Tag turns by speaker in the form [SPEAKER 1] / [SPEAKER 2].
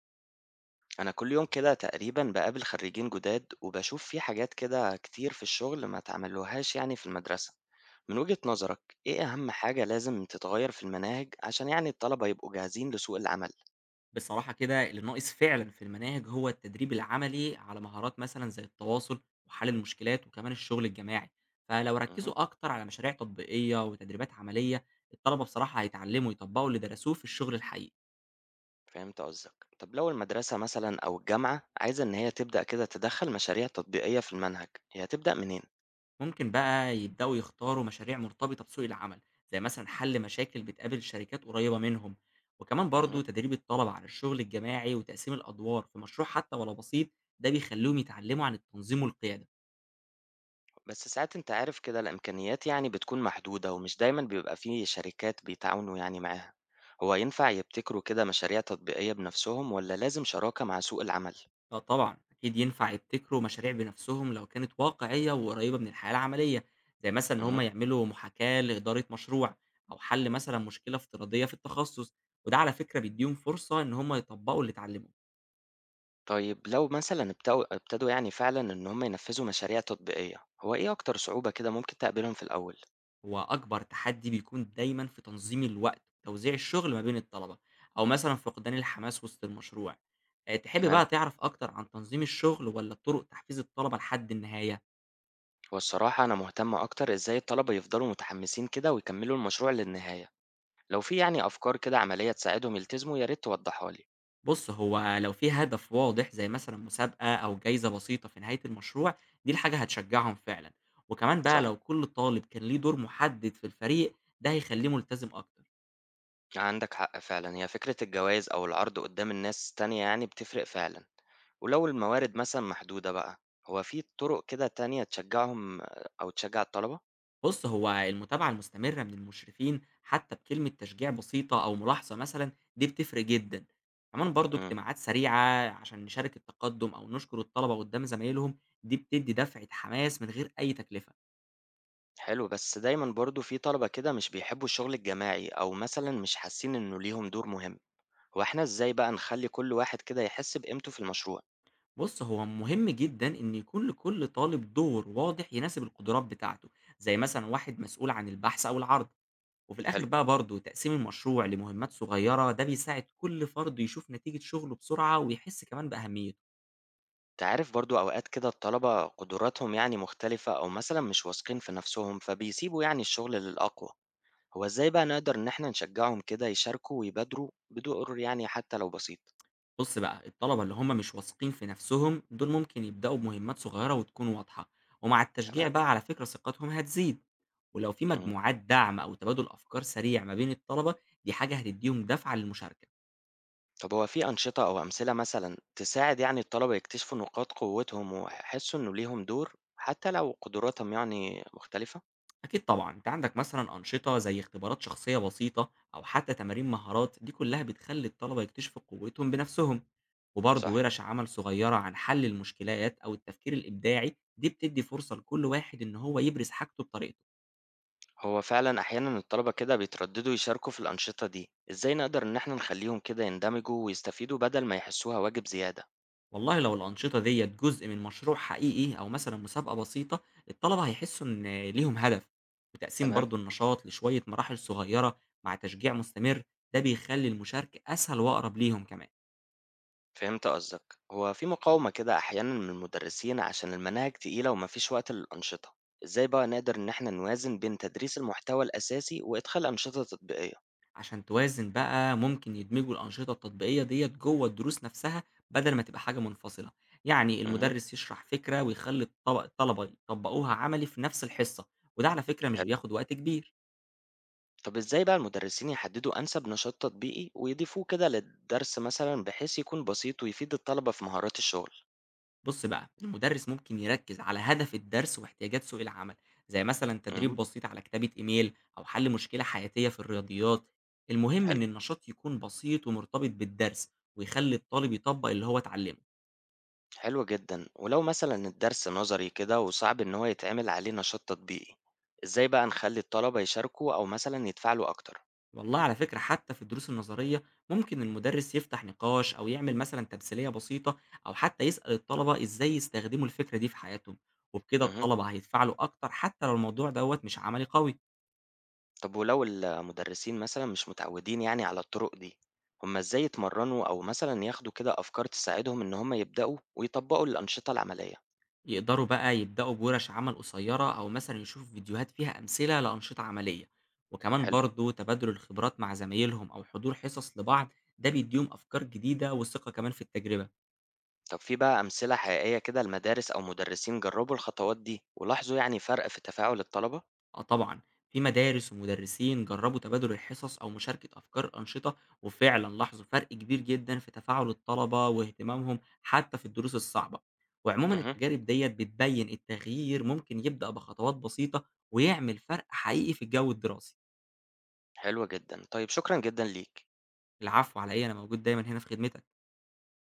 [SPEAKER 1] أنا كل يوم كده تقريبا بقابل خريجين جداد وبشوف في حاجات كده كتير في الشغل ما تعملوهاش يعني في المدرسة. من وجهة نظرك إيه أهم حاجة لازم تتغير في المناهج عشان يعني الطلبة يبقوا جاهزين لسوق العمل؟
[SPEAKER 2] بصراحة كده اللي ناقص فعلًا في المناهج هو التدريب العملي على مهارات مثلًا زي التواصل وحل المشكلات وكمان الشغل الجماعي، فلو
[SPEAKER 1] مهم.
[SPEAKER 2] ركّزوا أكتر على مشاريع تطبيقية وتدريبات عملية، الطلبة بصراحة هيتعلموا يطبّقوا اللي درسوه في الشغل الحقيقي،
[SPEAKER 1] فهمت قصدك. طب لو المدرسة مثلا أو الجامعة عايزة إن هي تبدأ كده تدخل مشاريع تطبيقية في المنهج، هي هتبدأ منين؟
[SPEAKER 2] ممكن بقى يبدأوا يختاروا مشاريع مرتبطة بسوق العمل، زي مثلًا حل مشاكل بتقابل الشركات قريبة منهم، وكمان برضه
[SPEAKER 1] مهم.
[SPEAKER 2] تدريب الطلبة على الشغل الجماعي وتقسيم الأدوار في مشروع حتى ولو بسيط، ده بيخلّيهم يتعلموا عن التنظيم والقيادة.
[SPEAKER 1] بس ساعات أنت عارف كده الإمكانيات يعني بتكون محدودة ومش دايما بيبقى فيه شركات بيتعاونوا يعني معاها. هو ينفع يبتكروا كده مشاريع تطبيقية بنفسهم ولا لازم شراكة مع سوق العمل؟
[SPEAKER 2] آه طبعًا، أكيد ينفع يبتكروا مشاريع بنفسهم لو كانت واقعية وقريبة من الحياة العملية، زي مثلًا إن هم
[SPEAKER 1] امم
[SPEAKER 2] يعملوا محاكاة لإدارة مشروع، أو حل مثلًا مشكلة افتراضية في التخصص، وده على فكرة بيديهم فرصة إن هم يطبقوا اللي اتعلموه.
[SPEAKER 1] طيب لو مثلا ابتدوا يعني فعلا إن هم ينفذوا مشاريع تطبيقية، هو إيه أكتر صعوبة كده ممكن تقابلهم في الأول؟
[SPEAKER 2] هو أكبر تحدي بيكون دايمًا في تنظيم الوقت وتوزيع الشغل ما بين الطلبة، أو مثلًا فقدان الحماس وسط المشروع. تحب
[SPEAKER 1] تمام.
[SPEAKER 2] بقى تعرف أكتر عن تنظيم الشغل والّا طرق تحفيز الطلبة لحد النهاية؟
[SPEAKER 1] والصراحة أنا مهتم أكتر إزاي الطلبة يفضلوا متحمسين كده ويكملوا المشروع للنهاية. لو في يعني أفكار كده عملية تساعدهم يلتزموا، يا ريت توضحها لي.
[SPEAKER 2] بُص، هو لو في هدف واضح زي مثلًا مسابقة أو جايزة بسيطة في نهاية المشروع، دي الحاجة هتشجّعهم فعلًا، وكمان بقى
[SPEAKER 1] صح،
[SPEAKER 2] لو كل طالب كان ليه دور محدد في الفريق، ده هيخلّيه ملتزم أكتر.
[SPEAKER 1] عندك حق فعلا. هي فكرة الجواز أو العرض قدام الناس تانية يعني بتفرق فعلا. ولو الموارد مثلا محدودة بقى، هو في طرق كده تانية تشجعهم أو تشجع الطلبة؟
[SPEAKER 2] بُص، هو المتابعة المستمرة من المشرفين حتى بكلمة تشجيع بسيطة أو ملاحظة مثلًا، دي بتفرق جدًا. كمان برضه
[SPEAKER 1] امم
[SPEAKER 2] اجتماعات سريعة عشان نشارك التقدم أو نشكر الطلبة قدّام زمايلهم، دي بتدّي دفعة حماس من غير أي تكلفة.
[SPEAKER 1] حلو. بس دايما برضو في طلبة كده مش بيحبوا الشغل الجماعي أو مثلا مش حاسين إنه ليهم دور مهم. هو احنا إزاي بقى نخلي كل واحد كده يحس بقيمته في المشروع؟
[SPEAKER 2] بُص، هو مهم جدًا إن يكون لكل طالب دور واضح يناسب القدرات بتاعته، زي مثلًا واحد مسؤول عن البحث أو العرض، وفي الآخر
[SPEAKER 1] حلو.
[SPEAKER 2] بقى برضه تقسيم المشروع لمهمات صغيرة، ده بيساعد كل فرد يشوف نتيجة شغله بسرعة ويحس كمان بأهميته.
[SPEAKER 1] تعرف برضو أوقات كده الطلبة قدراتهم يعني مختلفة أو مثلا مش واثقين في نفسهم فبيسيبوا يعني الشغل للأقوى. هو إزاي بقى نقدر إن إحنا نشجّعهم كده يشاركوا ويبادروا بدور يعني حتى لو بسيط؟
[SPEAKER 2] بُص بقى، الطلبة اللي هم مش واثقين في نفسهم دول ممكن يبدأوا بمهمات صغيرة وتكون واضحة، ومع
[SPEAKER 1] تمام،
[SPEAKER 2] التشجيع بقى على فكرة ثقتهم هتزيد، ولو في
[SPEAKER 1] إمم.
[SPEAKER 2] مجموعات دعم أو تبادل أفكار سريع ما بين الطلبة، دي حاجة هتديهم دفعة للمشاركة.
[SPEAKER 1] طب هو في أنشطة أو أمثلة مثلًا تساعد يعني الطلبة يكتشفوا نقاط قوتهم ويحسوا إنه ليهم دور، حتى لو قدراتهم يعني مختلفة؟
[SPEAKER 2] أكيد طبعًا، أنت عندك مثلًا أنشطة زي اختبارات شخصية بسيطة أو حتى تمارين مهارات، دي كلها بتخلّي الطلبة يكتشفوا قوتهم بنفسهم، وبرضه
[SPEAKER 1] صح.
[SPEAKER 2] ورش عمل صغيرة عن حل المشكلات أو التفكير الإبداعي، دي بتدّي فرصة لكل واحد إن هو يبرز حاجته بطريقته.
[SPEAKER 1] هو فعلًا أحيانًا الطلبة كده بيترددوا يشاركوا في الأنشطة دي، إزاي نقدر إن إحنا نخلّيهم كده يندمجوا ويستفيدوا بدل ما يحسوها واجب زيادة؟
[SPEAKER 2] والله لو الأنشطة ديّة جزء من مشروع حقيقي أو مثلًا مسابقة بسيطة، الطلبة هيحسوا إن ليهم هدف، وتقسيم
[SPEAKER 1] تمام.
[SPEAKER 2] برضه النشاط لشوية مراحل صغيرة مع تشجيع مستمر، ده بيخلّي المشاركة أسهل وأقرب ليهم كمان.
[SPEAKER 1] فهمت قصدك. هو في مقاومة كده أحيانا من المدرسين عشان المناهج تقيلة ومفيش وقت للأنشطة. إزاي بقى نقدر إن إحنا نوازن بين تدريس المحتوى الأساسي وإدخال أنشطة تطبيقية؟
[SPEAKER 2] عشان توازن بقى ممكن يدمجوا الأنشطة التطبيقية ديت جوه الدروس نفسها بدل ما تبقى حاجة منفصلة، يعني
[SPEAKER 1] امم
[SPEAKER 2] المدرس يشرح فكرة ويخلي الطلبة يطبقوها عملي في نفس الحصة، وده على فكرة مش
[SPEAKER 1] حلو.
[SPEAKER 2] بياخد وقت كبير.
[SPEAKER 1] طب إزاي بقى المدرسين يحددوا أنسب نشاط تطبيقي ويضيفوه كده للدرس مثلا، بحيث يكون بسيط ويفيد الطلبة في مهارات الشغل؟
[SPEAKER 2] بص بقى، المدرس ممكن يركز على هدف الدرس واحتياجات سوق العمل، زي مثلا تدريب
[SPEAKER 1] امم
[SPEAKER 2] بسيط على كتابة إيميل أو حل مشكلة حياتية في الرياضيات. المهم
[SPEAKER 1] حلو.
[SPEAKER 2] إن النشاط يكون بسيط ومرتبط بالدرس ويخلي الطالب يطبق اللي هو اتعلمه.
[SPEAKER 1] حلو جدا. ولو مثلا الدرس نظري كده وصعب إن هو يتعمل عليه نشاط تطبيقي، إزاي بقى نخلي الطلبة يشاركوا أو مثلا يتفاعلوا أكتر؟
[SPEAKER 2] والله على فكرة حتى في الدروس النظرية ممكن المدرس يفتح نقاش أو يعمل مثلا تمثيلية بسيطة، أو حتى يسأل الطلبة إزاي يستخدموا الفكرة دي في حياتهم، وبكده
[SPEAKER 1] مهم.
[SPEAKER 2] الطلبة هيتفاعلوا أكتر حتى لو الموضوع دوت مش عملي قوي.
[SPEAKER 1] طب ولو المدرسين مثلًا مش متعودين يعني على الطرق دي، هم إزاي يتمرنوا أو مثلًا ياخدوا كده أفكار تساعدهم إن هم يبدأوا ويطبقوا الأنشطة العملية؟
[SPEAKER 2] يقدروا بقى يبدأوا بورش عمل قصيرة أو مثلا يشوفوا فيديوهات فيها أمثلة لأنشطة عملية، وكمان
[SPEAKER 1] حلو.
[SPEAKER 2] برضو تبادل الخبرات مع زمايلهم أو حضور حصص لبعض، ده بيديهم أفكار جديدة وثقة كمان في التجربة.
[SPEAKER 1] طب في بقى أمثلة حقيقية كده لمدارس أو مدرسين جربوا الخطوات دي ولاحظوا يعني فرق في تفاعل الطلبة؟
[SPEAKER 2] آه طبعًا، في مدارس ومدرسين جرّبوا تبادل الحصص أو مشاركة أفكار أنشطة، وفعلًا لاحظوا فرق كبير جدًا في تفاعل الطلبة واهتمامهم حتى في الدروس الصعبة، وعمومًا
[SPEAKER 1] اهم،
[SPEAKER 2] التجارب ديّة بتبين التغيير ممكن يبدأ بخطوات بسيطة ويعمل فرق حقيقي في الجو الدراسي.
[SPEAKER 1] حلو جدًا. طيب شكرًا جدًا ليك.
[SPEAKER 2] العفو على إيه، أنا موجود دايمًا هنا في خدمتك.